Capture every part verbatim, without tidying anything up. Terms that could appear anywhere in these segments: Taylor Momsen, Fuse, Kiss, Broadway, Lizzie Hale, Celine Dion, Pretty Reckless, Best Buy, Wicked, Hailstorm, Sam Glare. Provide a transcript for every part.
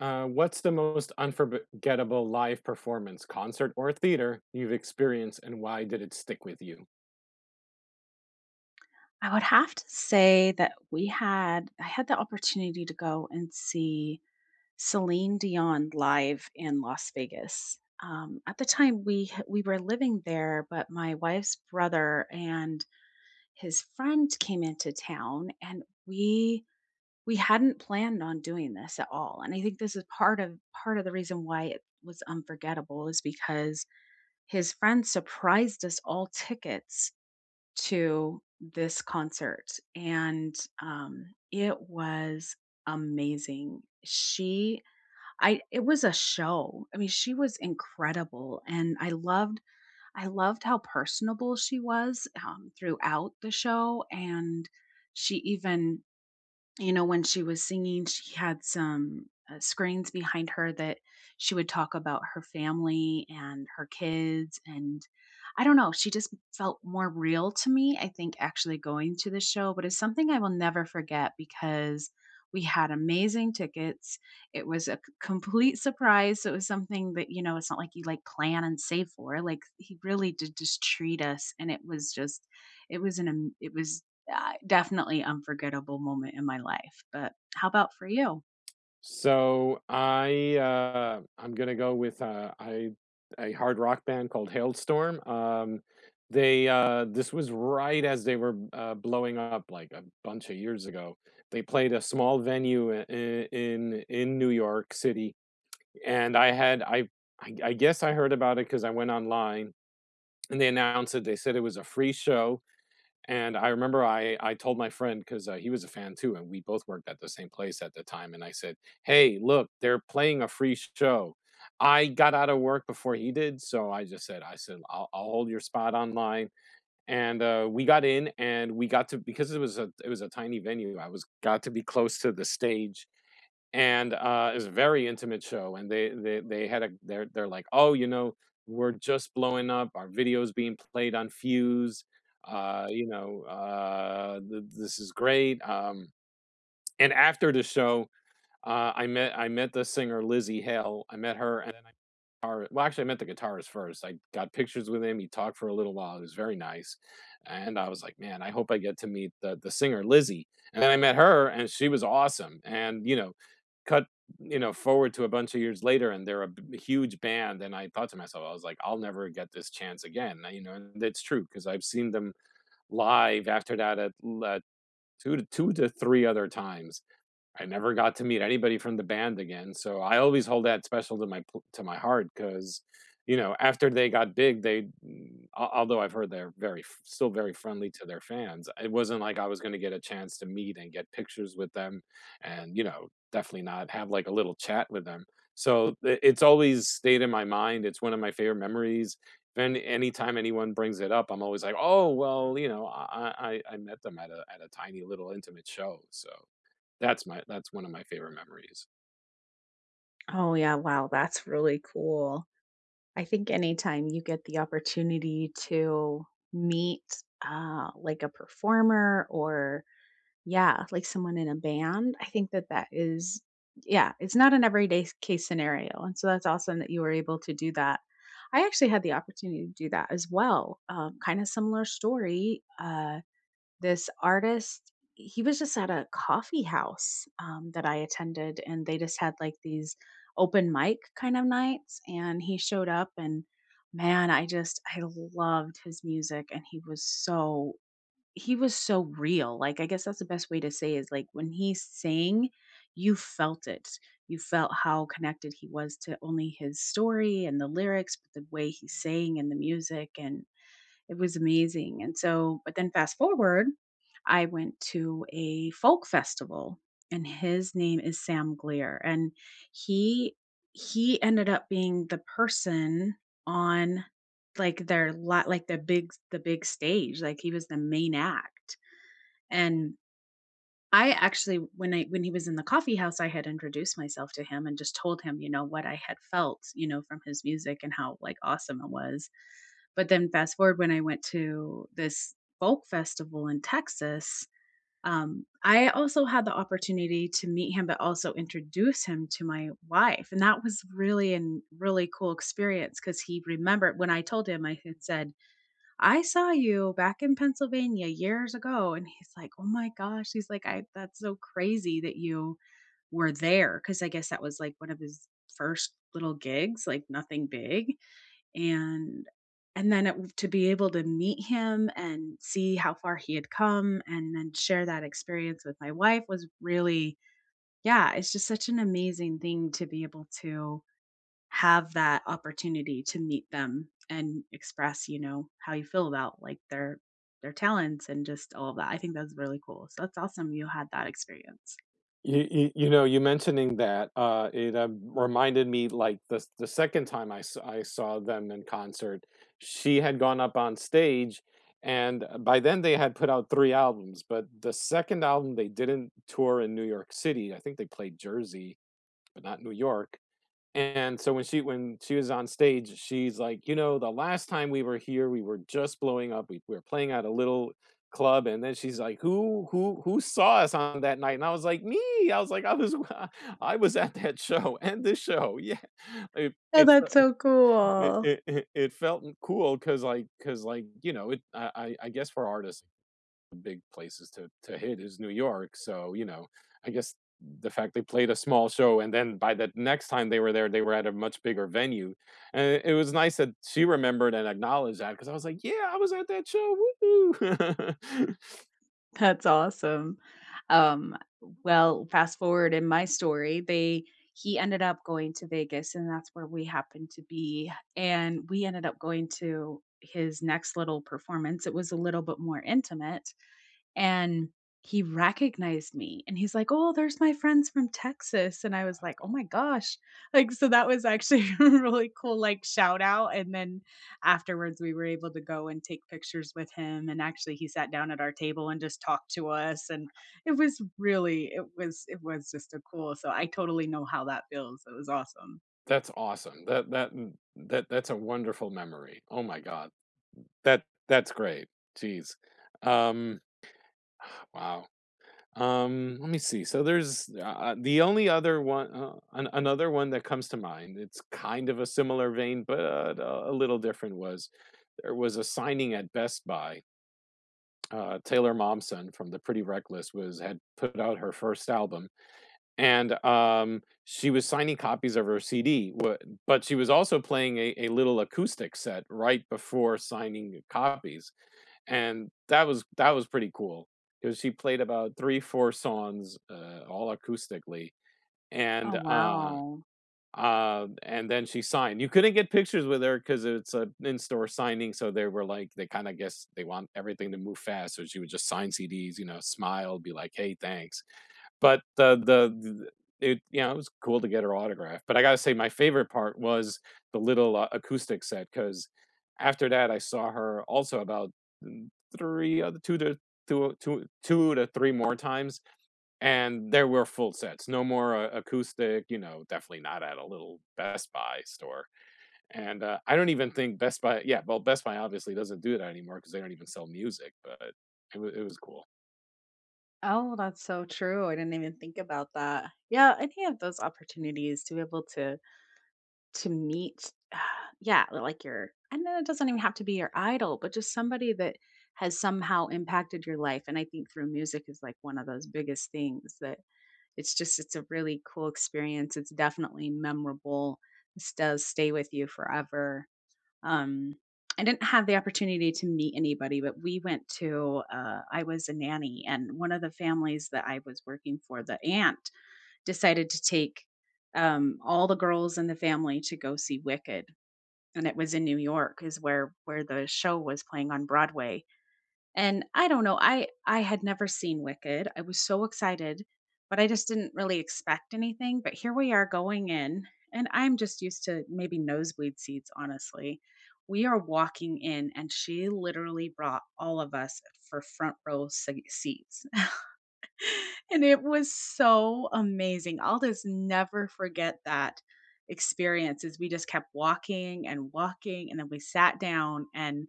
Uh, what's the most unforgettable live performance, concert or theater you've experienced, and why did it stick with you? I would have to say that we had I had the opportunity to go and see Celine Dion live in Las Vegas. Um, at the time, we h- we were living there, but my wife's brother and his friend came into town, and we we hadn't planned on doing this at all. And I think this is part of part of the reason why it was unforgettable is because his friend surprised us all tickets to this concert, and um it was amazing. She I it was a show. I mean, she was incredible, and I loved I loved how personable she was, um, throughout the show. And she even you know, when she was singing, she had some, uh, screens behind her that she would talk about her family and her kids, and I don't know, she just felt more real to me, I think, actually going to the show. But it's something I will never forget because we had amazing tickets. It was a c complete surprise, so it was something that, you know, it's not like you, like, plan and save for. Like, he really did just treat us, and it was just, it was an am it was uh, definitely unforgettable moment in my life. But how about for you? So I uh, I'm gonna go with uh, I a hard rock band called Hailstorm. Um, they uh, This was right as they were uh, blowing up like a bunch of years ago. They played a small venue i- i- in in New York City, and I had I I, I guess I heard about it because I went online and they announced it. They said it was a free show. And I remember I I told my friend because uh, he was a fan too, and we both worked at the same place at the time. And I said, "Hey, look, they're playing a free show." I got out of work before he did, so I just said, "I said I'll, I'll hold your spot online." And uh, we got in, and we got to because it was a it was a tiny venue. I was got to be close to the stage, and uh, it's a very intimate show. And they they they had a they're they're like, oh, you know, we're just blowing up. Our videos being played on Fuse. Uh, you know, uh, th- this is great. Um, and after the show, uh, I met I met the singer Lizzie Hale. I met her, and then I guitar well, actually, I met the guitarist first. I got pictures with him. He talked for a little while. It was very nice, and I was like, "Man, I hope I get to meet the the singer Lizzie." And then I met her, and she was awesome. And you know, cut you know forward to a bunch of years later, and they're a b- huge band. And I thought to myself, I was like, "I'll never get this chance again." You know, and it's true because I've seen them live after that at, l- at two to two to three other times. I never got to meet anybody from the band again, so I always hold that special to my pl to my heart. Because, you know, after they got big, they mm, al although I've heard they're very f still very friendly to their fans, it wasn't like I was gonna get a chance to meet and get pictures with them, and, you know, definitely not have, like, a little chat with them. So, I it's always stayed in my mind. It's one of my favorite memories, and anytime anyone brings it up, I'm always like, "Oh, well, you know, I I I met them at a at a tiny little intimate show," so that's my that's one of my favorite memories. Oh, yeah. Wow. That's really cool. I think anytime you get the opportunity to meet, uh, like, a performer, or, yeah, like, someone in a band, I think that that is, yeah, it's not an everyday s- case scenario. And so that's awesome that you were able to do that. I actually had the opportunity to do that as well. Um, kind of similar story. Uh, This artist, he was just at a coffee house, um, that I attended, and they just had, like, these open mic kind of nights, and he showed up, and man, I just I loved his music, and he was so he was so real. Like, I guess that's the best way to say is, like, when he sang, you felt it. You felt how connected he was to only his story and the lyrics, but the way he sang and the music, and it was amazing. And so, but then, fast forward, I went to a folk festival, and his name is Sam Glare. And he he ended up being the person on, like, their lot, like, the big the big stage, like, he was the main act. And I actually, when I when he was in the coffee house, I had introduced myself to him and just told him, you know, what I had felt, you know, from his music and how, like, awesome it was. But then, fast forward, when I went to this folk festival in Texas, um, I also had the opportunity to meet him, but also introduce him to my wife, and that was really an really cool experience, because he remembered when I told him. I had said, I saw you back in Pennsylvania years ago. And he's like, oh my gosh. He's like, I that's so crazy that you were there. Cause I guess that was, like, one of his first little gigs, like, nothing big. And and then it, to be able to meet him and see how far he had come and then share that experience with my wife was really, yeah, it's just such an amazing thing to be able to have that opportunity to meet them and express, you know, how you feel about, like, their their talents and just all of that. I think that's really cool. So that's awesome you had that experience. You you you know, you mentioning that, uh, it, um, reminded me, like, the s the second time I s I saw them in concert, she had gone up on stage, and, uh, by then they had put out three albums, but the second album, they didn't tour in New York City. I think they played Jersey, but not New York. And so when she when she was on stage, she's like, "You know, the last time we were here, we were just blowing up. We, we were playing at a little club." And then she's like, "Who who who saw us on that night?" And I was like, "Me." I was like, "I was I was at that show and this show." Yeah. It it fe it it it it felt cool because like because like, you know, it I I I guess for artists, big places to to hit is New York. So, you know, I guess the fact they played a small show, and then by the next time they were there, they were at a much bigger venue. And it was nice that she remembered and acknowledged that, because I was like, "Yeah, I was at that show. Woo!" That's That's awesome. Um, well, fast forward in my story, they he ended up going to Vegas, and that's where we happened to be, and we ended up going to his next little performance. It was a little bit more intimate, and he recognized me, and he's like, "Oh, there's my friends from Texas." And I was like, "Oh awesome. my gosh." Like, so that was actually a really cool, like, shout out. And then afterwards we were able to go and take pictures with him, and actually he sat down at our table and just talked to us. And it was really, it was it was just a cool, so I totally know how that feels. It was awesome. That's awesome. That that mm, that that's a wonderful memory. Oh my God. That that's great. Jeez. Um wow. Um, let me see. So, there's uh, the only other one, uh, an- another one that comes to mind. It's kind of a similar vein, but uh, a little different. Was There was a signing at Best Buy. Uh, Taylor Momsen from the Pretty Reckless was had put out her first album, and um, she was signing copies of her C D. wha- But she was also playing a, a little acoustic set right before signing copies, and that was that was pretty cool because she played about three, four songs, uh, all acoustically, and, Oh, uh, wow. uh, and then she signed. You couldn't get pictures with her because it's a in-store signing, so they were like they kinda guess they want everything to move fast, so she would just sign C Ds, you know, smile, be like, "Hey, thanks." But the the it you know, it was cool to get her autograph, but I gotta say my favorite part was the little, uh, acoustic set, because after that, I saw her also about, mm, three other two to two two two to three more times, and there were full sets, no more, uh, acoustic, you know, definitely not at a little Best Buy store, and, uh, I don't even think Best Buy yeah, well, Best Buy obviously doesn't do that anymore because they don't even sell music, but it was it was cool. Oh, that's so true. I didn't even think about that. Yeah, any of those opportunities to be able to to meet yeah, like your and then it doesn't even have to be your idol, but just somebody that has somehow impacted your life. And I think through music is, like, one of those biggest things, that it's just, it's a really cool experience, it's definitely memorable. This does stay with you forever. Um, I didn't have the opportunity to meet anybody, but we went to, uh, I was a nanny, and one of the families that I was working for, the aunt, decided to take, um, all the girls in the family to go see Wicked, and it was in New York, is where where the show was playing on Broadway. And I don't know, I I had never seen Wicked. I was so excited, but I just didn't really expect anything, but here we are going in, and I'm just used to maybe nosebleed seats, honestly. We are walking in, and she literally brought all of us for front row se- seats. And it was so amazing. I'll just never forget that experience. Is we just kept walking and walking, and then we sat down, and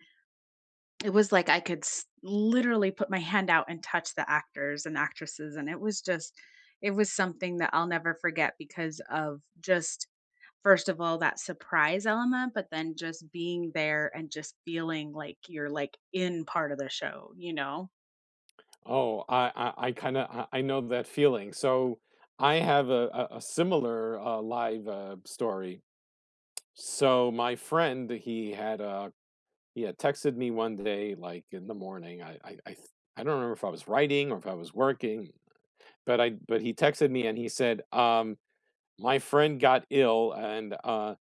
it was like I could s literally put my hand out and touch the actors and actresses. And it was just, it was something that I'll never forget because of just, first of all, that surprise element, but then just being there and just feeling like you're, like, in part of the show, you know? Oh, I I, I kind of I, I know that feeling. So I have a a, a similar uh, live uh, story. So my friend, he had uh he had texted me one day, like in the morning. I I I, th- I don't remember if I was writing or if I was working, but I but he texted me and he said, um. My friend got ill and, uh,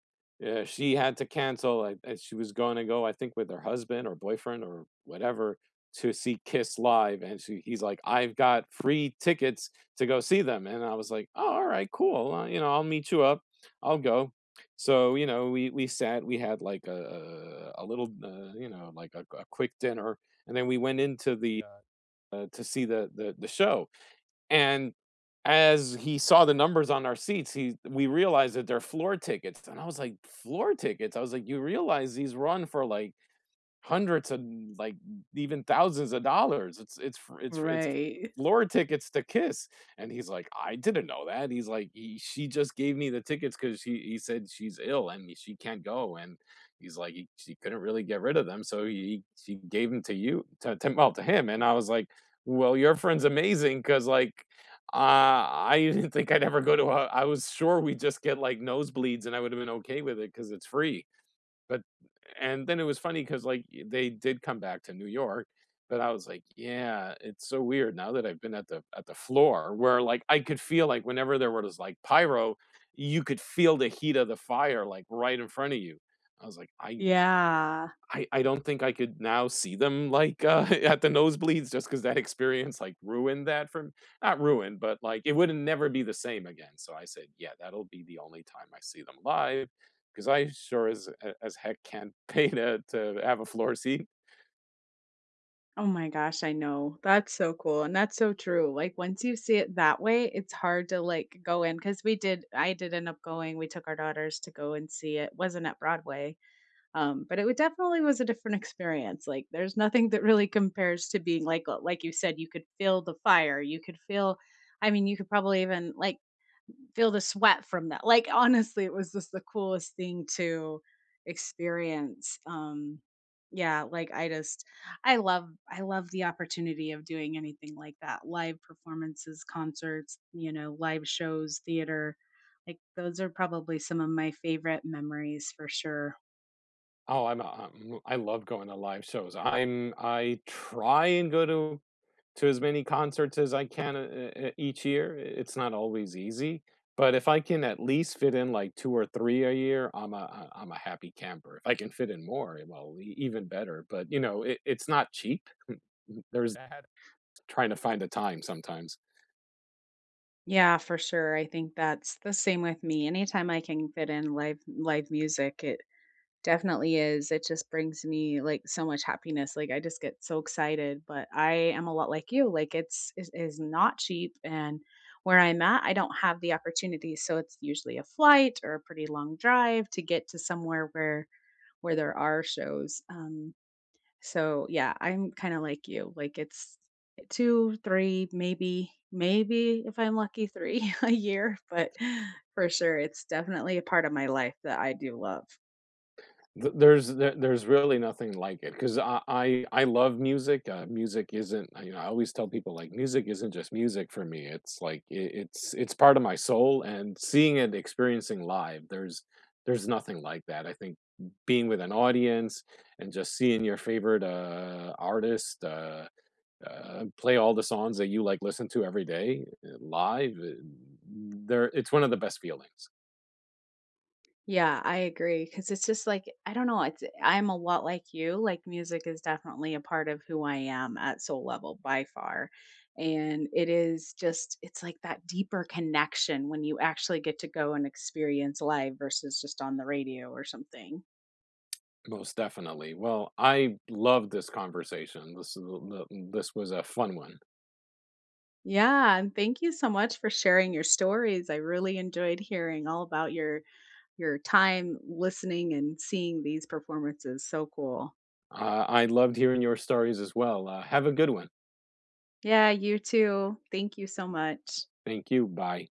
eh, she had to cancel, and and she was gonna go, I think, with her husband or boyfriend or whatever to see Kiss live, and she he's like, "I've got free tickets to go see them," and I was like, "Oh, alright, cool, uh, you know, I'll meet you up, I'll go." So, you know, we we sat, we had like a a little, uh, you know, like a a quick dinner, and then we went into the, uh, to see the the the show. And as he saw the numbers on our seats, he we realized that they're floor tickets, and I was like, "Floor tickets?" I was like, "You realize these run for, like, hundreds and, like, even thousands of dollars. It's it's f it's f it's Right. floor tickets to Kiss," and he's like, "I didn't know that." He's like, "He She just gave me the tickets because she," he said, "She's ill and she can't go," and he's like, "He She couldn't really get rid of them, so he she gave them to you, to to well, to him," and I was like, "Well, your friend's amazing, because, like, uh, I didn't think I'd ever go to a I was sure we just get, like, nosebleeds, and I would've been okay with it because it's free." But And then it was funny because, like, y they did come back to New York, but I was like, "Yeah, it's so weird now that I've been at the at the floor," where, like, I could feel, like, whenever there was, like, pyro, you could feel the heat of the fire, like, right in front of you. I was like, "I Yeah. I I don't think I could now see them, like, uh, at the nosebleeds just because that experience, like, ruined that for me. Not ruined, but, like, it wouldn't never be the same again," so I said, "Yeah, that'll be the only time I see them live because I sure as as heck can't pay to to have a floor seat." Oh my gosh, I know. That's so cool, and that's so true. Like, once you see it that way, it's hard to, like, go in, because we did I did end up going. We took our daughters to go and see it. Wasn't at Broadway. Um, but it wa- definitely was a different experience. Like, there's nothing that really compares to being, like like you said, you could feel the fire. You could feel, I mean, you could probably even, like, feel the sweat from that. Like, honestly, it was just the coolest thing to experience. Um, yeah, like, I just I love I love the opportunity of doing anything like that. Live performances, concerts, you know, live shows, theater. Like, those are probably some of my favorite memories for sure. Oh, I'm a I'm I love going to live shows. I'm I try and go to to as many concerts as I can, uh, uh, each year. It's not always easy, but if I can at least fit in like two or three a year, I'm a I- I'm a happy camper. If I can fit in more, eh, well, e- even better, but, you know, it, it's not cheap. There's That Trying to find a time sometimes. Yeah, for sure. I think that's the same with me. Anytime I can fit in live live music, it definitely is. It just brings me, like, so much happiness, like, I just get so excited, but I am a lot like you, like, it's it is not cheap, and where I'm at, I don't have the opportunity, so it's usually a flight or a pretty long drive to get to somewhere where where there are shows, um, so, yeah, I'm kinda like you, like, it's two, three, maybe maybe if I'm lucky, three a year, but for sure, it's definitely a part of my life that I do love. Th there's there there's really nothing like it, 'cause I I I love music. Uh, music isn't you know, I always tell people, like, music isn't just music for me. It's like, I it's it's part of my soul, and seeing it, experiencing live, there's there's nothing like that. I think being with an audience and just seeing your favorite, uh, artist, uh, uh, play all the songs that you, like, listen to every day, eh, live, eh, there it's one of the best feelings. Yeah, I agree. Cause it's just, like, I don't know, it's I'm a lot like you, like, music is definitely a part of who I am at soul level by far, and it is just, it's like that deeper connection when you actually get to go and experience live versus just on the radio or something. Most definitely. Well, I loved this conversation. This is the, the- mm, This was a fun one. Yeah, and thank you so much for sharing your stories. I really enjoyed hearing all about your your time listening and seeing these performances, so cool. Uh, I loved hearing your stories as well. Uh, have a good one. Yeah, you too, thank you so much. Thank you. Bye.